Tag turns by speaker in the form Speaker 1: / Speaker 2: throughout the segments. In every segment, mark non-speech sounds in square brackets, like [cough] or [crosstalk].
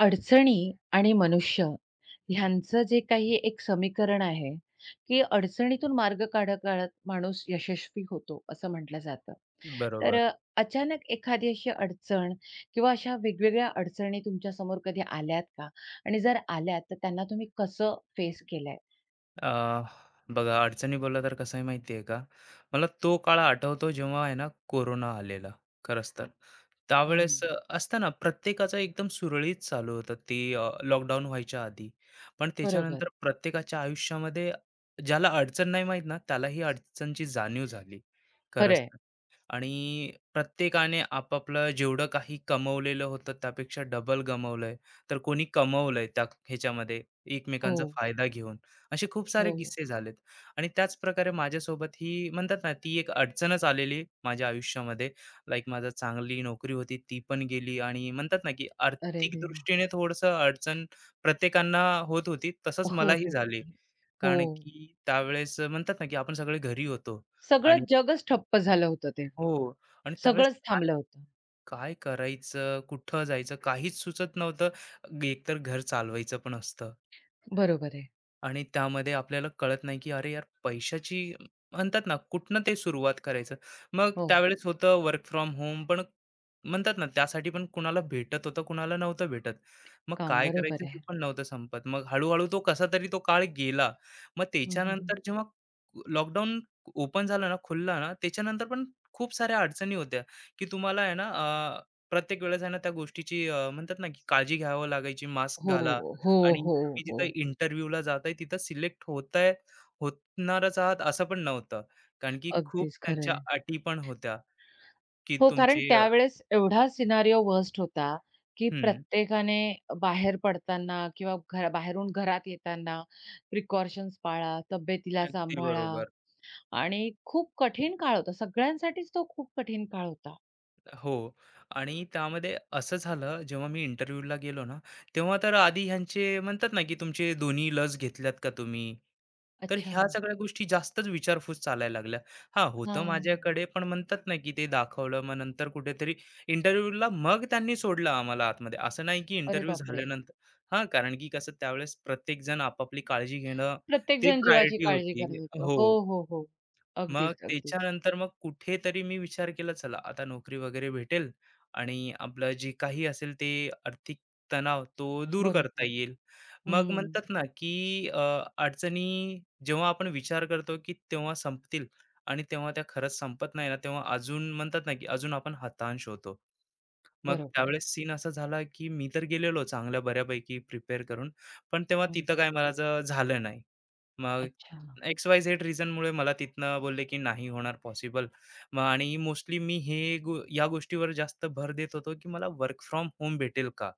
Speaker 1: अडचणी आणि मनुष्य ह्यांचं जे काही एक समीकरण आहे, की अडचणीतून मार्ग काढत काढत माणूस यशस्वी होतो, असं म्हटलं जातं. तर
Speaker 2: बरोबर.
Speaker 1: अचानक एखादी अशी अडचण किंवा अशा वेगवेगळ्या अडचणी तुमच्यासमोर कधी आल्यात का? आणि जर आल्यात, तर त्यांना तुम्ही कसं फेस केलंय?
Speaker 2: अ, बघा अडचणी बोलला तर कसं आहे माहिती आहे का? मला तो काळ आठवतो जेव्हा आहे ना कोरोना आलेला खरंच तर. हं.
Speaker 1: हं,
Speaker 2: त्यावेळेस असतं ना प्रत्येकाचं एकदम सुरळीत चालू होतं ते लॉकडाऊन व्हायच्या आधी. पण
Speaker 1: बरोबर.
Speaker 2: त्याच्यानंतर प्रत्येकाच्या आयुष्यामध्ये ज्याला अडचण नाही माहीत ना त्याला ही अडचणची जाणीव झाली. खरंच.
Speaker 1: खरं
Speaker 2: आणि प्रत्येकाने आपापलं जेवढं काही कमवलेलं होतं त्यापेक्षा डबल गमवलंय. तर कोणी कमवलंय त्या ह्याच्यामध्ये
Speaker 1: हो,
Speaker 2: एकमेकांचा फायदा घेऊन. असे खूप सारे
Speaker 1: हो.
Speaker 2: किस्से झालेत आणि त्याच प्रकारे माझ्यासोबत ही म्हणतात ना, ती एक अडचणच आलेली माझ्या आयुष्यामध्ये. लाइक माझा चांगली नोकरी होती ती पण गेली आणि म्हणतात ना, की
Speaker 1: अरे
Speaker 2: आर्थिक
Speaker 1: रे!
Speaker 2: दृष्टीने थोडंसं अडचण प्रत्येकांना होत होती. तसंच
Speaker 1: हो,
Speaker 2: मलाही
Speaker 1: तर
Speaker 2: झाली.
Speaker 1: हो.
Speaker 2: कारण की त्यावेळेस म्हणतात ना, की आपण सगळे घरी होतो आणि
Speaker 1: सगळं जगच ठप्प झालं होतं ते.
Speaker 2: हो. आणि त्यावेळेस
Speaker 1: सगळंच थांबलं होतं.
Speaker 2: काय करायचं? कुठं जायचं? काहीच सुचत नव्हतं. एकतर घर चालवायचं पण असतं.
Speaker 1: बरोबर आहे.
Speaker 2: आणि त्यामध्ये आपल्याला कळत नाही की अरे यार पैशाची म्हणतात ना कुठनं ते सुरुवात करायचं. मग
Speaker 1: हो.
Speaker 2: त्यावेळेस होतं वर्क फ्रॉम होम पण म्हणतात ना त्यासाठी पण कुणाला भेटत होतं कुणाला नव्हतं भेटत. मग
Speaker 1: काम.
Speaker 2: काय करायचं
Speaker 1: बरोबर
Speaker 2: हे
Speaker 1: आहे.
Speaker 2: पण नव्हतं संपत, मग हळूहळू तो कसा तरी तो काळ गेला. मग
Speaker 1: हं, हं, हं.
Speaker 2: त्याच्यानंतर जेव्हा लॉकडाऊन ओपन झालं ना खुलला ना त्याच्यानंतर पण खूप साऱ्या अडचणी होत्या, की तुम्हाला आहे ना प्रत्येक वेळेस आहे ना त्या गोष्टीची म्हणतात ना की काळजी घ्यावं लागायची मास्क
Speaker 1: हो,
Speaker 2: घाला.
Speaker 1: हो,
Speaker 2: आणि
Speaker 1: हो,
Speaker 2: तुम्ही जिथं
Speaker 1: हो.
Speaker 2: इंटरव्ह्यूला जाताय तिथं सिलेक्ट होताय, होणारच आहात असं पण नव्हतं. कारण की खूप
Speaker 1: अगदीच खरं
Speaker 2: त्यांच्या
Speaker 1: आहे.
Speaker 2: अटी पण होत्या, की
Speaker 1: हो, कारण
Speaker 2: तुमची
Speaker 1: त्यावेळेस एवढा सिनारिओ वर्स्ट होता, की
Speaker 2: हं,
Speaker 1: प्रत्येकाने बाहेर पडताना किंवा घरा बाहेरून घरात येताना प्रिकॉशन्स पाळा, तब्येतीला
Speaker 2: अगदी
Speaker 1: सांभाळा
Speaker 2: बरोबर.
Speaker 1: आणि खूप कठीण काळ होता. सगळ्यांसाठीच तो खूप कठीण काळ होता.
Speaker 2: हो. आणि त्यामध्ये असं झालं, जेव्हा मी इंटरव्ह्यूला गेलो ना, तेव्हा तर आधी ह्यांचे म्हणतात ना, की तुमचे दोन्ही लस घेतल्यात का तुम्ही? तर
Speaker 1: अच्छा.
Speaker 2: ह्या सगळ्या गोष्टी जास्तच विचारपूस चालायला लागल्या. हां, होतं
Speaker 1: हां.
Speaker 2: माझ्याकडे, पण म्हणतात ना, की ते दाखवलं. मग नंतर कुठेतरी इंटरव्ह्यूला मग त्यांनी सोडलं आम्हाला आतमध्ये. असं नाही, की
Speaker 1: अरे
Speaker 2: इंटरव्ह्यू
Speaker 1: बापरे!
Speaker 2: झाल्यानंतर. हां, कारण की कसं त्यावेळेस प्रत्येकजण आपापली काळजी घेणं, ते
Speaker 1: प्रत्येकजण जीवाची
Speaker 2: प्रायोरिटी
Speaker 1: काळजी
Speaker 2: होती.
Speaker 1: करत होतं.
Speaker 2: हो.
Speaker 1: हो, हो, हो.
Speaker 2: मग
Speaker 1: अगदीच, अगदीच.
Speaker 2: त्याच्यानंतर मग कुठेतरी मी विचार केला, चला आता नोकरी वगैरे भेटेल आणि आपलं जे काही असेल ते आर्थिक तणाव तो दूर करता
Speaker 1: बरोबर.
Speaker 2: येईल. मग
Speaker 1: हं.
Speaker 2: म्हणतात ना, की अडचणी जेव्हा आपण विचार करतो, की तेव्हा संपतील आणि तेव्हा त्या खरंच संपत नाही ना, तेव्हा अजून म्हणतात ना, की अजून आपण हताश होतो. मग
Speaker 1: बरोबर.
Speaker 2: त्यावेळेस सीन असा झाला, की मी तर गेलेलो चांगल्या बऱ्यापैकी प्रिपेअर करून, पण तेव्हा
Speaker 1: हं,
Speaker 2: तिथं काय माझं झालं नाही. मग
Speaker 1: अच्छा.
Speaker 2: एक्स वाय झेड रिझनमुळे मला तिथनं बोलले की नाही होणार पॉसिबल. मग आणि मोस्टली मी हे या गोष्टीवर जास्त भर देत होतो की मला वर्क फ्रॉम होम भेटेल का?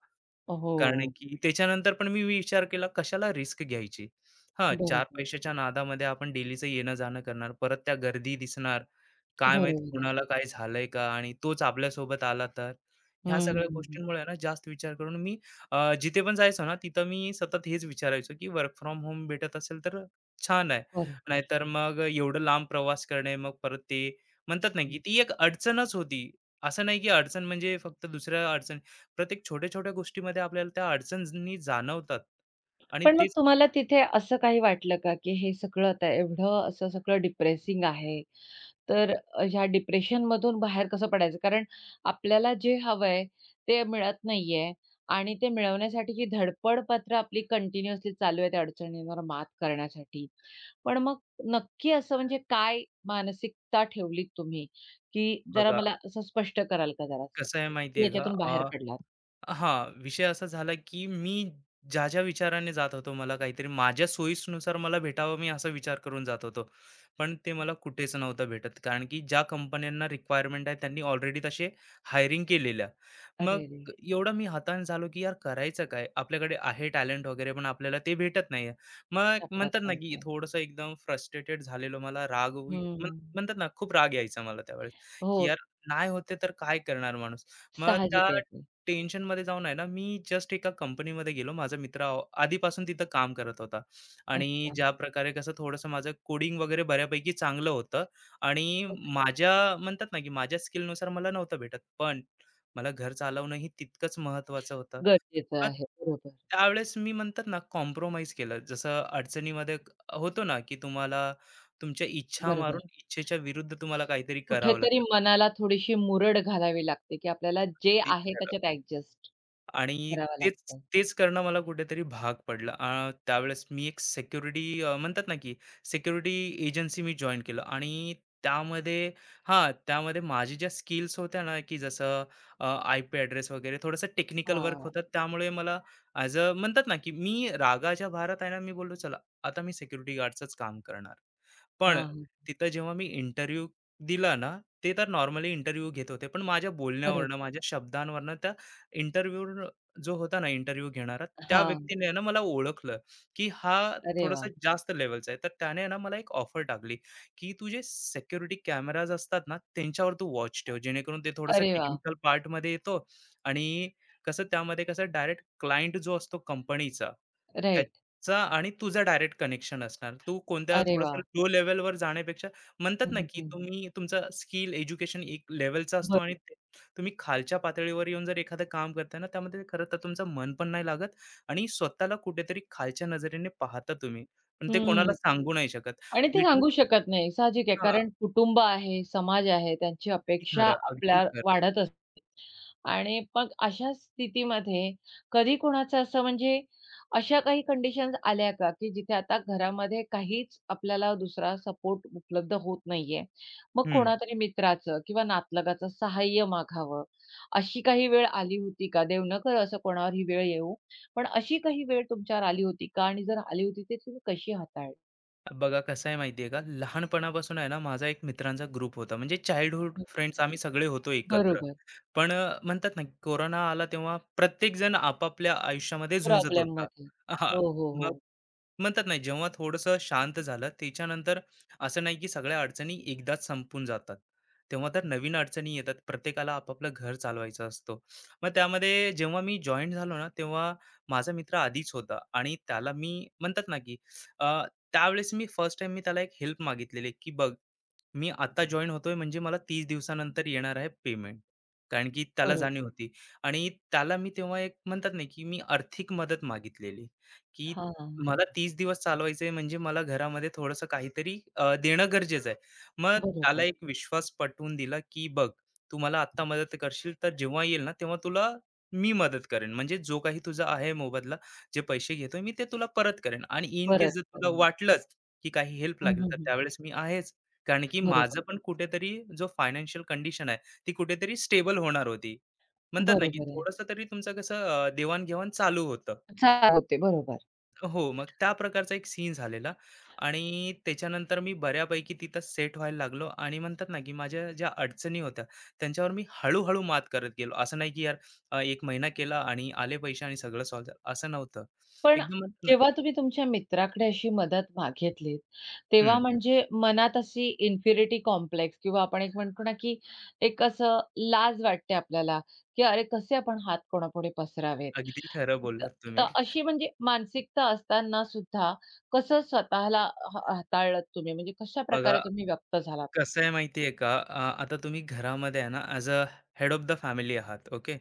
Speaker 2: कारण
Speaker 1: हो.
Speaker 2: की त्याच्यानंतर पण मी विचार केला कशाला रिस्क घ्यायची. हां, 4
Speaker 1: बरोबर.
Speaker 2: पैशाच्या नादामध्ये आपण डेलीचं येणं-जाणं करणार, परत त्या गर्दी दिसणार, काय माहीत
Speaker 1: बरोबर आहे.
Speaker 2: कोणाला काही झालंय का? आणि तोच आपल्यासोबत आला तर? ह्या
Speaker 1: हं,
Speaker 2: सगळ्या
Speaker 1: हं, हं.
Speaker 2: गोष्टींमुळे आहे ना जास्त विचार करून मी जिथे पण जायचो ना तिथं मी सतत हेच विचारायचो, की वर्क फ्रॉम होम भेटत असेल तर छान आहे.
Speaker 1: बरोबर.
Speaker 2: नाहीतर मग एवढं लांब प्रवास करणे, मग परत ते म्हणतात ना, की
Speaker 1: हं.
Speaker 2: ती एक अडचणच होती. असं नाही की अडचण म्हणजे फक्त दुसऱ्या अडचण. प्रत्येक छोट्या-छोट्या गोष्टीमध्ये आपल्याला त्या अडचणी जाणवतात आणि
Speaker 1: पण मग
Speaker 2: तेच.
Speaker 1: तुम्हाला तिथे असं काही वाटलं का, की हे सगळं आता एवढं असं सगळं डिप्रेसिंग आहे,
Speaker 2: हं,
Speaker 1: तर ह्या डिप्रेशनमधून बाहेर कसं पडायचं? कारण आपल्याला जे हवंय ते मिळत नाहीये आणि ते मिळवण्यासाठीची धडपड पत्र आपली कंटिन्युअसली चालू आहे त्या अडचणींवर मात करण्यासाठी. पण मग नक्की असं म्हणजे काय मानसिकता ठेवलीत तुम्ही, की जरा
Speaker 2: बघा
Speaker 1: मला असं स्पष्ट कराल का जरासं,
Speaker 2: कसं आहे
Speaker 1: की
Speaker 2: माहिती का?
Speaker 1: याच्यातून बाहेर पडलात?
Speaker 2: हां, विषय असा झाला, की मी ज्या विचाराने जात होतो, मला काहीतरी माझ्या सोयीनुसार मला भेटावं मी असा विचार करून जात होतो. पण ते मला कुठेच नव्हतं भेटत. कारण की ज्या कंपन्यांना रिक्वायरमेंट आहे त्यांनी ऑलरेडी तसे हायरिंग केलेल्या. मग
Speaker 1: अरे रे!
Speaker 2: एवढा मी हताश झालो, की यार करायचं काय? आपल्याकडे आहे टॅलेंट वगैरे पण आपल्याला ते भेटत नाहीये. मग
Speaker 1: सापडत
Speaker 2: म्हणतात ना,
Speaker 1: नाही
Speaker 2: की
Speaker 1: ते.
Speaker 2: थोडंसं एकदम फ्रस्ट्रेटेड झालेलो मला राग वी- म्हण
Speaker 1: हं.
Speaker 2: म्हणतात ना, खूप राग यायचा मला त्यावेळेस, की यार
Speaker 1: हो,
Speaker 2: नाही होते तर काय करणार माणूस? मग त्या
Speaker 1: साहजिक आहे ते.
Speaker 2: टेन्शनमध्ये जाऊन आहे ना, मी जस्ट एका कंपनीमध्ये गेलो. माझा मित्र आधीपासून तिथं काम करत होता आणि
Speaker 1: अच्छा.
Speaker 2: ज्या प्रकारे कसं थोडंसं माझं कोडिंग वगैरे बऱ्यापैकी चांगलं होतं आणि
Speaker 1: ओके.
Speaker 2: माझ्या म्हणतात ना, की माझ्या स्किलनुसार मला नव्हतं भेटत. पण मला घर चालवणं ही तितकंच महत्त्वाचं होतं.
Speaker 1: गरजेचं
Speaker 2: मग
Speaker 1: आहे. बरोबर.
Speaker 2: त्यावेळेस मी म्हणतात ना, कॉम्प्रोमाईज केलं. जसं अडचणीमध्ये होतो ना, की तुम्हाला तुमच्या इच्छा
Speaker 1: बरोबर.
Speaker 2: मारून इच्छेच्या विरुद्ध तुम्हाला काहीतरी करावं
Speaker 1: कुठेतरी
Speaker 2: लागतं.
Speaker 1: मनाला थोडीशी मुरड घालावी लागते, की आपल्याला जे आहे त्याच्यात ॲडजस्ट
Speaker 2: आणि
Speaker 1: करावं
Speaker 2: तेच
Speaker 1: लागतं.
Speaker 2: तेच करणं मला कुठेतरी भाग पडलं. त्यावेळेस मी एक सिक्युरिटी म्हणतात ना, की सिक्युरिटी एजन्सी मी जॉइन केलं आणि त्यामध्ये हां, त्यामध्ये माझी ज्या स्किल्स होत्या ना, की जसं आयपी ॲड्रेस वगैरे थोडंसं टेक्निकल वर्क
Speaker 1: हां.
Speaker 2: होतं. त्यामुळे मला ॲज अ म्हणतात ना, की मी रागाच्या भारत आहे ना, मी बोललो चला आता मी सिक्युरिटी गार्डचंच काम करणार. पण
Speaker 1: हां.
Speaker 2: तिथं जेव्हा मी इंटरव्ह्यू दिला ना, ते तर नॉर्मली इंटरव्ह्यू घेत होते. पण माझ्या
Speaker 1: बरोबर.
Speaker 2: बोलण्यावरनं, माझ्या शब्दांवरनं इंटरव्ह्यू जो होता ना इंटरव्ह्यू घेणारा, त्या
Speaker 1: हां.
Speaker 2: व्यक्तीने ना मला ओळखलं, की हा
Speaker 1: अरे
Speaker 2: थोडासा
Speaker 1: वाह!
Speaker 2: जास्त लेव्हलचा आहे. तर त्याने ना मला एक ऑफर टाकली, की तुझे जे सिक्युरिटी कॅमेराज असतात ना, त्यांच्यावर तू वॉच ठेव, जेणेकरून ते थोडंसं
Speaker 1: अरे वाह!
Speaker 2: टेक्निकल पार्टमध्ये येतो आणि कसं त्यामध्ये कसं डायरेक्ट क्लायंट जो असतो कंपनीचा,
Speaker 1: राइट.
Speaker 2: त्याचा आणि तुझा डायरेक्ट कनेक्शन असणार. तू कोणत्या
Speaker 1: अरे
Speaker 2: थोडंसं
Speaker 1: वाह!
Speaker 2: लो लेव्हलवर जाण्यापेक्षा म्हणतात
Speaker 1: हं,
Speaker 2: ना,
Speaker 1: हं,
Speaker 2: की
Speaker 1: हं.
Speaker 2: तुम्ही तुमचा स्किल एज्युकेशन एक लेव्हलचा असतो आणि
Speaker 1: बरोबर.
Speaker 2: तुम्ही खालच्या पातळीवर येऊन जर एखादं काम करता ना त्यामध्ये खरं तर तुमचं मन पण नाही लागत आणि स्वतःला कुठेतरी खालच्या नजरेने पाहता तुम्ही, पण ते कोणाला सांगू नाही शकत.
Speaker 1: आणि ते सांगू
Speaker 2: लिटरली
Speaker 1: शकत नाही. साहजिक आहे.
Speaker 2: हा
Speaker 1: कारण कुटुंब आहे, समाज आहे, त्यांची
Speaker 2: अगदी
Speaker 1: अपेक्षा
Speaker 2: खरं अगदी
Speaker 1: आपल्या
Speaker 2: खरं.
Speaker 1: वाढत असते. आणि मग अशा स्थितीमध्ये कधी कोणाचं असं म्हणजे अशा काही कंडिशन्स आल्या का, की जिथे आता घरामध्ये काहीच आपल्याला दुसरा सपोर्ट उपलब्ध होत नाहीये. मग
Speaker 2: हम्म.
Speaker 1: कोणातरी मित्राचं किंवा नातलगाचं सहाय्य मागावं, अशी काही वेळ आली होती का? देव न करो असं कोणावर ही वेळ येऊ. पण अशी काही वेळ तुमच्यावर आली होती का? आणि जर आली होती, तर तुम्ही कशी हाताळली?
Speaker 2: बघा कसं आहे माहितीये का लहानपणापासून आहे ना माझा एक मित्रांचा ग्रुप होता म्हणजे चाइल्डहुड फ्रेंड्स आम्ही सगळे होतो एकत्र.
Speaker 1: बरोबर.
Speaker 2: पण म्हणतात ना कोरोना आला तेव्हा प्रत्येक जण आपापल्या आयुष्यामध्ये झुंजत होता.
Speaker 1: प्रॉब्लेममध्ये.
Speaker 2: हा,
Speaker 1: हो, हो, हो.
Speaker 2: म्हणतात नाही जेव्हा थोडंसं शांत झालं त्याच्यानंतर असं नाही की सगळ्या अडचणी एकदाच संपून जातात, तेव्हा तर नवीन अडचणी येतात प्रत्येकाला आपापलं घर चालवायचं असतो. मग त्यामध्ये जेव्हा मी जॉईन झालो ना तेव्हा माझा मित्र आधीच होता आणि त्याला मी म्हणतात ना की अ, त्यावेळेस मी फर्स्ट टाइम त्याला एक हेल्प मागितलेली की बघ मी आता जॉईन होतोय म्हणजे मला 30 दिवसानंतर येणार आहे पेमेंट. कारण की त्याला
Speaker 1: बरोबर.
Speaker 2: जाणीव होती. आणि त्याला मी तेव्हा एक म्हणतात नाही की मी आर्थिक मदत मागितलेली की
Speaker 1: हां,
Speaker 2: मला 30 दिवस चालवायचंय म्हणजे मला घरामध्ये थोडंसं काहीतरी देणं गरजेचं आहे. मग त्याला
Speaker 1: बरोबर.
Speaker 2: एक विश्वास पटवून दिला, की "बघ, तू मला आत्ता मदत करशील, तर जेव्हा येईल ना, तेव्हा तुला मी मदत करेन. म्हणजे जो काही तुझा आहे मोबदला, जे पैसे घेतोय मी ते तुला परत करेन. आणि इन केस
Speaker 1: परत
Speaker 2: जर तुला
Speaker 1: करेन.
Speaker 2: वाटलंच, की काही हेल्प
Speaker 1: हं,
Speaker 2: लागेल,
Speaker 1: हं,
Speaker 2: तर
Speaker 1: हं.
Speaker 2: त्यावेळेस मी आहेच." कारण की माझं
Speaker 1: बरोबर,
Speaker 2: पण कुठेतरी जो फायनान्शियल कंडिशन आहे, ती कुठेतरी स्टेबल होणार होती. म्हणतात ना, की
Speaker 1: बरोबर आहे.
Speaker 2: थोडंसं तरी तुमचं कसं देवाण चालू होतं.
Speaker 1: चाल होते, बरोबर.
Speaker 2: हो, मग त्या प्रकारचा एक सीन झालेला आणि त्याच्यानंतर मी बऱ्यापैकी तिथं सेट व्हायला लागलो आणि म्हणतात ना, की माझ्या ज्या अडचणी होत्या, त्यांच्यावर मी हळू-हळू मात करत गेलो. असं नाही, की यार एक महिना केला आणि आले पैसे आणि सगळं सॉल्व्ह झालं, असं नव्हतं.
Speaker 1: पण
Speaker 2: एकदम म्हणतात ना.
Speaker 1: जेव्हा तुम्ही तुमच्या मित्राकडे अशी मदत मागितलीत, तेव्हा
Speaker 2: हं,
Speaker 1: म्हणजे मनात अशी इन्फिरिटी कॉम्प्लेक्स किंवा आपण एक म्हणतो ना, की एक असं लाज वाटते आपल्याला, की अरे कसे आपण हात कोणापुढे पसरावेत?
Speaker 2: अगदी खरं
Speaker 1: त
Speaker 2: बोललात
Speaker 1: तर
Speaker 2: तुम्ही.
Speaker 1: अशी म्हणजे मानसिकता असताना सुद्धा कसं स्वतःला हाताळलत तुम्ही? म्हणजे
Speaker 2: बघा
Speaker 1: कशाप्रकारे तुम्ही व्यक्त झालात?
Speaker 2: कसं आहे माहिती आहे का? आता तुम्ही घरामध्ये आहे ना, as a head of the family आहात, ओके.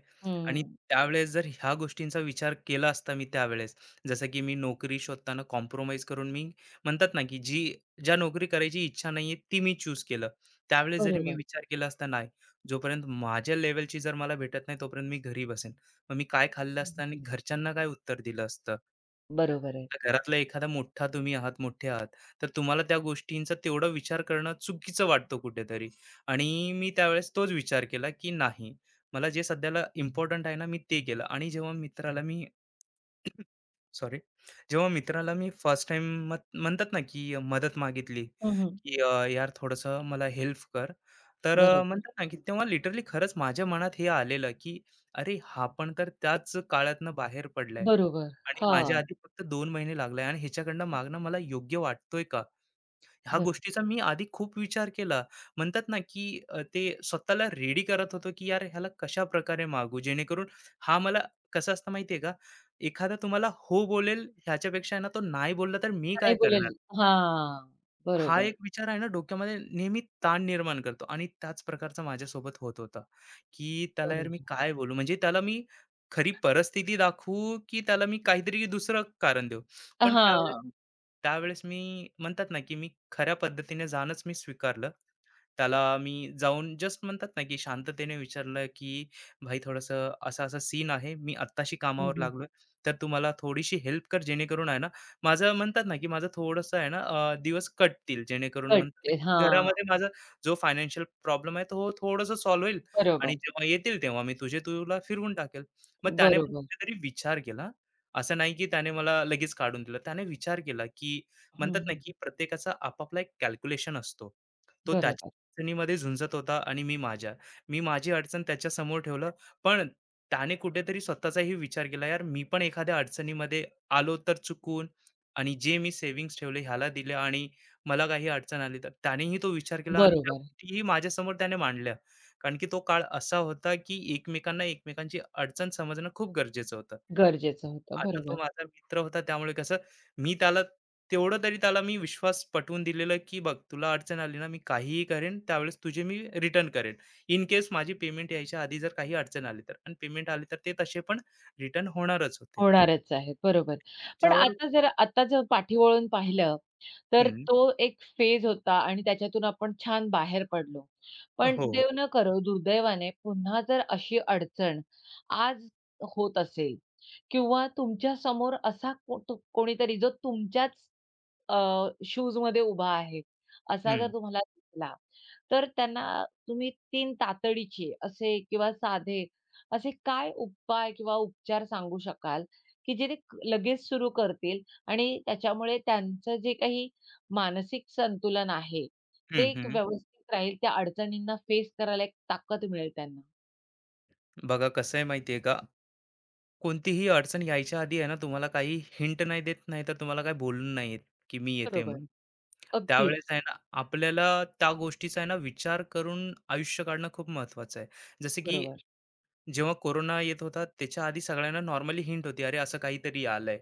Speaker 2: आणि
Speaker 1: हं,
Speaker 2: जर ह्या गोष्टींचा विचार केला असता मी त्यावेळेस, जसं की मी नोकरी शोधताना कॉम्प्रोमाईज करून मी म्हणतात ना, की जी ज्या नोकरी करायची इच्छा नाहीये, ती मी चूज केलं. त्यावेळेस जरी मी
Speaker 1: बरोबर.
Speaker 2: विचार केला असता, नाही, जोपर्यंत माझ्या लेव्हलची जर मला भेटत नाही, तोपर्यंत मी घरी बसेन. मग मी काय खाल्लं असतं आणि
Speaker 1: हं,
Speaker 2: घरच्यांना काय उत्तर दिलं असतं?
Speaker 1: बरोबर आहे.
Speaker 2: आपल्या घरातला एखादा मोठा तुम्ही आहात, मोठे आहात, तर तुम्हाला त्या गोष्टींचा तेवढा विचार करणं चुकीचं वाटतं कुठेतरी. आणि मी त्यावेळेस तोच विचार केला, की नाही, मला जे सध्याला इम्पोर्टंट आहे ना, मी ते केलं. आणि जेव्हा मित्राला मी [clears throat] सॉरी. जेव्हा मित्राला मी फर्स्ट टाईम म्हणतात ना, की मदत मागितली,
Speaker 1: हं,
Speaker 2: की यार थोडंसं मला हेल्प कर." तर
Speaker 1: बरोबर,
Speaker 2: म्हणतात ना, की तेव्हा लिटरली खरंच माझ्या मनात हे आलेलं, की "अरे, हा पण तर त्याच काळातनं बाहेर पडलाय
Speaker 1: बरोबर.
Speaker 2: आणि माझ्या
Speaker 1: हां,
Speaker 2: आधी फक्त 2 महिने लागले आणि ह्याच्याकडनं मागणं मला योग्य वाटतोय का?" ह्या
Speaker 1: बरोबर.
Speaker 2: गोष्टीचा मी आधी खूप विचार केला. म्हणतात ना, की ते स्वतःला रेडी करत होतो, की यार ह्याला कशा प्रकारे मागू जेणेकरून हा मला कसं असतं माहिती आहे का, एखादा तुम्हाला हो बोलेल ह्याच्यापेक्षा आहे ना, तो नाही बोलला तर मी
Speaker 1: नाही
Speaker 2: काय
Speaker 1: बोलेल
Speaker 2: करणार?
Speaker 1: हां.
Speaker 2: हा
Speaker 1: बरोबर,
Speaker 2: एक विचार आहे ना डोक्यामध्ये नेहमी ताण निर्माण करतो आणि त्याच प्रकारचा माझ्यासोबत होत होता की त्याला यार मी
Speaker 1: बरोबर.
Speaker 2: काय बोलू म्हणजे त्याला मी खरी परिस्थिती दाखवू की त्याला मी काहीतरी दुसरं कारण देऊ. पण त्यावेळेस
Speaker 1: हां.
Speaker 2: त्यावेळेस मी म्हणतात ना की मी खऱ्या पद्धतीने जाणंच मी स्वीकारलं. त्याला मी जाऊन जस्ट म्हणतात ना की शांततेने विचारलं की भाई थोडंसं असा असा सीन आहे मी आत्ताशी कामावर
Speaker 1: हं,
Speaker 2: लागलोय, तर तू मला थोडीशी हेल्प कर जेणेकरून आहे ना माझं म्हणतात ना, की माझं थोडंसं आहे ना दिवस कटतील जेणेकरून म्हणतात
Speaker 1: कळते.
Speaker 2: की
Speaker 1: हां,
Speaker 2: घरामध्ये माझा जो फायनान्शियल प्रॉब्लेम आहे तो थोडंसं सॉल्व्ह होईल आणि
Speaker 1: बरोबर,
Speaker 2: जेव्हा येतील तेव्हा मी तुझे तुला फिरवून टाकेल. मग त्याने पण
Speaker 1: बरोबर.
Speaker 2: कुठेतरी विचार केला. असं नाही, की त्याने मला लगेच काढून दिलं. त्याने विचार केला, की म्हणतात ना,
Speaker 1: हं,
Speaker 2: की प्रत्येकाचा आपापला एक कॅल्क्युलेशन असतो. तो त्याच्या
Speaker 1: बरोबर.
Speaker 2: अडचणीमध्ये झुंजत होता आणि मी माझ्या. मी माझी अडचण त्याच्यासमोर ठेवलं. पण त्याने कुठेतरी स्वतःचाही विचार केला, "यार मी पण एखाद्या अडचणीमध्ये आलो तर चुकून आणि जे मी सेव्हिंग्ज ठेवले ह्याला दिले आणि मला काही अडचण आली तर." त्यानेही तो विचार केला आणि त्या
Speaker 1: बरोबर.
Speaker 2: गोष्टीही माझ्यासमोर त्याने मांडल्या. कारण की तो काळ असा होता की एकमेकांना एकमेकांची अडचण समजणं खूप गरजेचं होतं.
Speaker 1: गरजेचं होतं.
Speaker 2: आता तो
Speaker 1: बरोबर.
Speaker 2: माझा मित्र होता त्यामुळे कसं मी त्याला तेवढं तरी त्याला मी विश्वास पटवून दिलेलं की बघ तुला अडचण आली ना मी काहीही करेन त्यावेळेस तुझे मी रिटर्न करेन. इन केस माझी पेमेंट यायच्या आधी जर काही अडचण आली तर आणि पेमेंट आली तर ते तसे पण रिटर्न होणारच होते.
Speaker 1: होणारच आहे. बरोबर. पण
Speaker 2: ज्यावर
Speaker 1: आता जरा आता जर पाठी पाहिलं, तर
Speaker 2: हं.
Speaker 1: तो एक फेज होता आणि त्याच्यातून आपण छान बाहेर पडलो. पण
Speaker 2: हो.
Speaker 1: देव न करो दुर्दैवाने पुन्हा जर अशी अडचण आज होत असेल किंवा तुमच्या समोर असा तो कोणीतरी जो तुमच्याच शूजमध्ये उभा आहे, असा जर
Speaker 2: हं.
Speaker 1: तुम्हाला दिसला, तर त्यांना तुम्ही तीन तातडीचे असे किंवा साधे असे काय उपाय किंवा उपचार सांगू शकाल, की जे ते लगेच सुरू करतील आणि त्याच्यामुळे त्यांचं जे काही मानसिक संतुलन आहे,
Speaker 2: हं,
Speaker 1: ते एक
Speaker 2: हं.
Speaker 1: व्यवस्थित राहील. त्या अडचणींना फेस करायला एक ताकद मिळेल त्यांना.
Speaker 2: बघा कसं आहे माहिती आहे का, कोणतीही अडचण यायच्या आधी आहे ना, तुम्हाला काही हिंट नाही देत, नाही तर तुम्हाला काही बोलून नाही येत, की मी येते
Speaker 1: बरोबर.
Speaker 2: म्हणून. त्यावेळेस
Speaker 1: अगदीच.
Speaker 2: आहे ना, आपल्याला त्या गोष्टीचा आहे ना, विचार करून आयुष्य काढणं खूप महत्त्वाचं आहे. जसं की
Speaker 1: बरोबर.
Speaker 2: जेव्हा कोरोना येत होता, त्याच्या आधी सगळ्यांना नॉर्मली हिंट होती, "अरे, असं काहीतरी आलंय."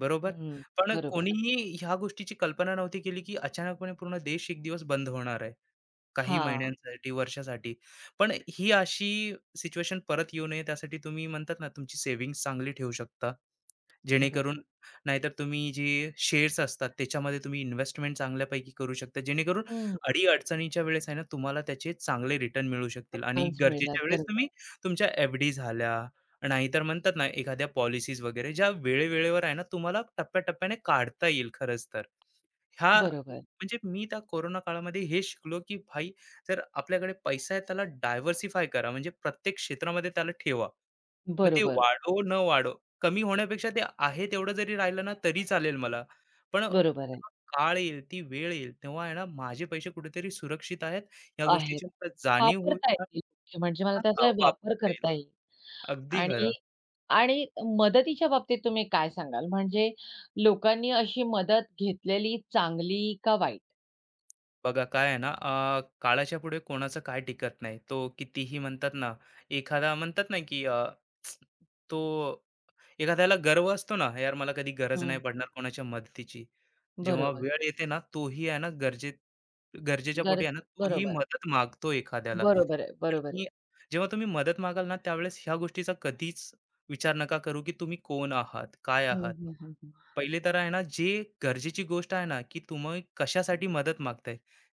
Speaker 2: बरोबर?
Speaker 1: हं.
Speaker 2: पण
Speaker 1: बरोबर.
Speaker 2: कोणीही ह्या गोष्टीची कल्पना नव्हती केली, की अचानकपणे पूर्ण देश एक दिवस बंद होणार आहे. काही
Speaker 1: हां.
Speaker 2: महिन्यांसाठी, वर्षासाठी. पण ही अशी सिच्युएशन परत येऊ नये त्यासाठी तुम्ही म्हणतात ना, तुमची सेव्हिंग्ज चांगली ठेवू शकता. जेणेकरून
Speaker 1: बरोबर.
Speaker 2: नाहीतर तुम्ही जे शेअर्स असतात त्याच्यामध्ये तुम्ही इन्व्हेस्टमेंट चांगल्यापैकी करू शकता. जेणेकरून
Speaker 1: हं.
Speaker 2: अडी-अडचणीच्या वेळेस आहे ना, तुम्हाला त्याचे चांगले रिटर्न मिळू शकतील आणि
Speaker 1: टर्न्स मिळतात.
Speaker 2: गरजेच्या वेळेस
Speaker 1: बरोबर,
Speaker 2: तुम्ही तुमच्या एफ-डी झाल्या, नाहीतर म्हणतात ना, एखाद्या पॉलिसीज वगैरे ज्या वेळे आहे ना, तुम्हाला टप्प्याटप्प्याने काढता येईल खरंच तर. ह्या
Speaker 1: बरोबर,
Speaker 2: म्हणजे मी त्या कोरोना काळामध्ये हे शिकलो, की भाई जर आपल्याकडे पैसा आहे त्याला डायव्हर्सिफाय करा. म्हणजे प्रत्येक क्षेत्रामध्ये त्याला ठेवा. मग ते
Speaker 1: बरोबर,
Speaker 2: वाढो न वाढो, कमी होण्यापेक्षा ते आहे तेवढं जरी राहिलं ना तरी चालेल मला. पण
Speaker 1: बरोबर आहे.
Speaker 2: जेव्हा काळ येईल, ती वेळ येईल तेव्हा आहे ना माझे पैसे कुठेतरी सुरक्षित आहेत या
Speaker 1: आहेत.
Speaker 2: गोष्टीची मला जाणीव होईल
Speaker 1: वापरता
Speaker 2: आणि
Speaker 1: येतील, म्हणजे मला
Speaker 2: हा,
Speaker 1: त्याचा वापर
Speaker 2: वापरता येईल.
Speaker 1: करता येईल.
Speaker 2: अगदी
Speaker 1: आणि
Speaker 2: खरं.
Speaker 1: आणि मदतीच्या बाबतीत तुम्ही काय सांगाल? म्हणजे लोकांनी अशी मदत घेतलेली चांगली का वाईट?
Speaker 2: बघा काय आहे ना काळाच्या पुढे कोणाचं काय टिकत नाही. तो कितीही म्हणतात ना, एखादा म्हणतात ना, की तो एखाद्याला गर्व असतो ना, "यार मला कधी गरज नाही
Speaker 1: हं.
Speaker 2: पडणार कोणाच्या मदतीची." जेव्हा
Speaker 1: बरोबर.
Speaker 2: वेळ येते ना, तोही आहे ना गरजेच्या पोटी
Speaker 1: गरज
Speaker 2: आहे ना, तोही
Speaker 1: बरोबर.
Speaker 2: मदत मागतो एखाद्याला.
Speaker 1: बरोबर आहे, बरोबर आहे.
Speaker 2: आणि जेव्हा तुम्ही मदत मागाल ना, त्यावेळेस ह्या गोष्टीचा कधीच विचार नका करू, की तुम्ही कोण आहात, काय
Speaker 1: हं,
Speaker 2: आहात.
Speaker 1: हं, हं, हं.
Speaker 2: पहिले तर आहे ना, जे गरजेची गोष्ट आहे ना, की तुम्ही कशासाठी मदत मागताय,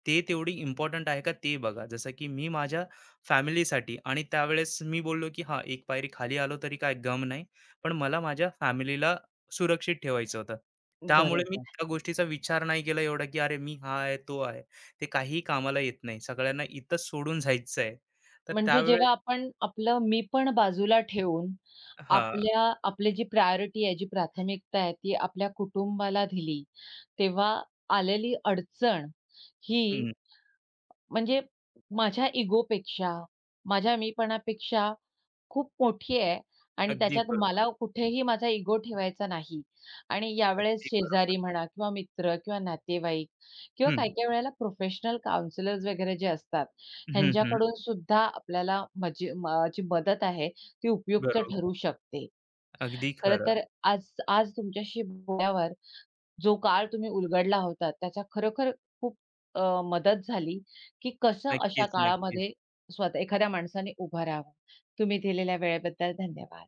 Speaker 2: ते तेवढी इम्पोर्टंट आहे का ते बघा. जसं की मी माझ्या फॅमिलीसाठी आणि त्यावेळेस मी बोललो, की हां, एक पायरी खाली आलो तरी काय गम नाही. पण मला माझ्या फॅमिलीला सुरक्षित ठेवायचं होतं. त्यामुळे मी
Speaker 1: बरोबर.
Speaker 2: त्या गोष्टीचा विचार नाही केला एवढा, की अरे मी हा आहे, तो आहे. ते काहीही कामाला येत नाही. सगळ्यांना इथंच सोडून जायचं आहे. तर
Speaker 1: म्हणजे
Speaker 2: त्यावेळेस
Speaker 1: जेव्हा आपण आपलं मी पण बाजूला ठेवून
Speaker 2: हां.
Speaker 1: आपल्या आपली जी प्रायोरिटी आहे, जी प्राथमिकता आहे ती आपल्या कुटुंबाला दिली, तेव्हा आलेली अडचण ही
Speaker 2: हं.
Speaker 1: म्हणजे माझ्या इगोपेक्षा, माझ्या मीपणापेक्षा खूप मोठी आहे आणि
Speaker 2: अगदी
Speaker 1: त्याच्यात
Speaker 2: बरोबर,
Speaker 1: मला कुठेही माझा इगो ठेवायचा नाही आणि यावेळेस
Speaker 2: अगदी
Speaker 1: शेजारी
Speaker 2: बरोबर.
Speaker 1: म्हणा किंवा मित्र किंवा नातेवाईक किंवा
Speaker 2: हं.
Speaker 1: काही-काही वेळेला प्रोफेशनल काउन्सिलर्स वगैरे जे असतात,
Speaker 2: हं, हं.
Speaker 1: ह्यांच्याकडून सुद्धा आपल्याला मजी म जी मदत आहे ती उपयुक्त
Speaker 2: बरोबर.
Speaker 1: ठरू शकते.
Speaker 2: अगदी
Speaker 1: खरं
Speaker 2: खरं.
Speaker 1: तर आज आज तुमच्याशी बोलल्यावर जो काळ तुम्ही उलगडला होता, त्याचा खरोखर खूप मदत झाली, की कसं अशा
Speaker 2: नक्कीच, नक्कीच.
Speaker 1: काळामध्ये स्वतः एखाद्या माणसाने उभं राहावं. तुम्ही दिलेल्या वेळेबद्दल धन्यवाद.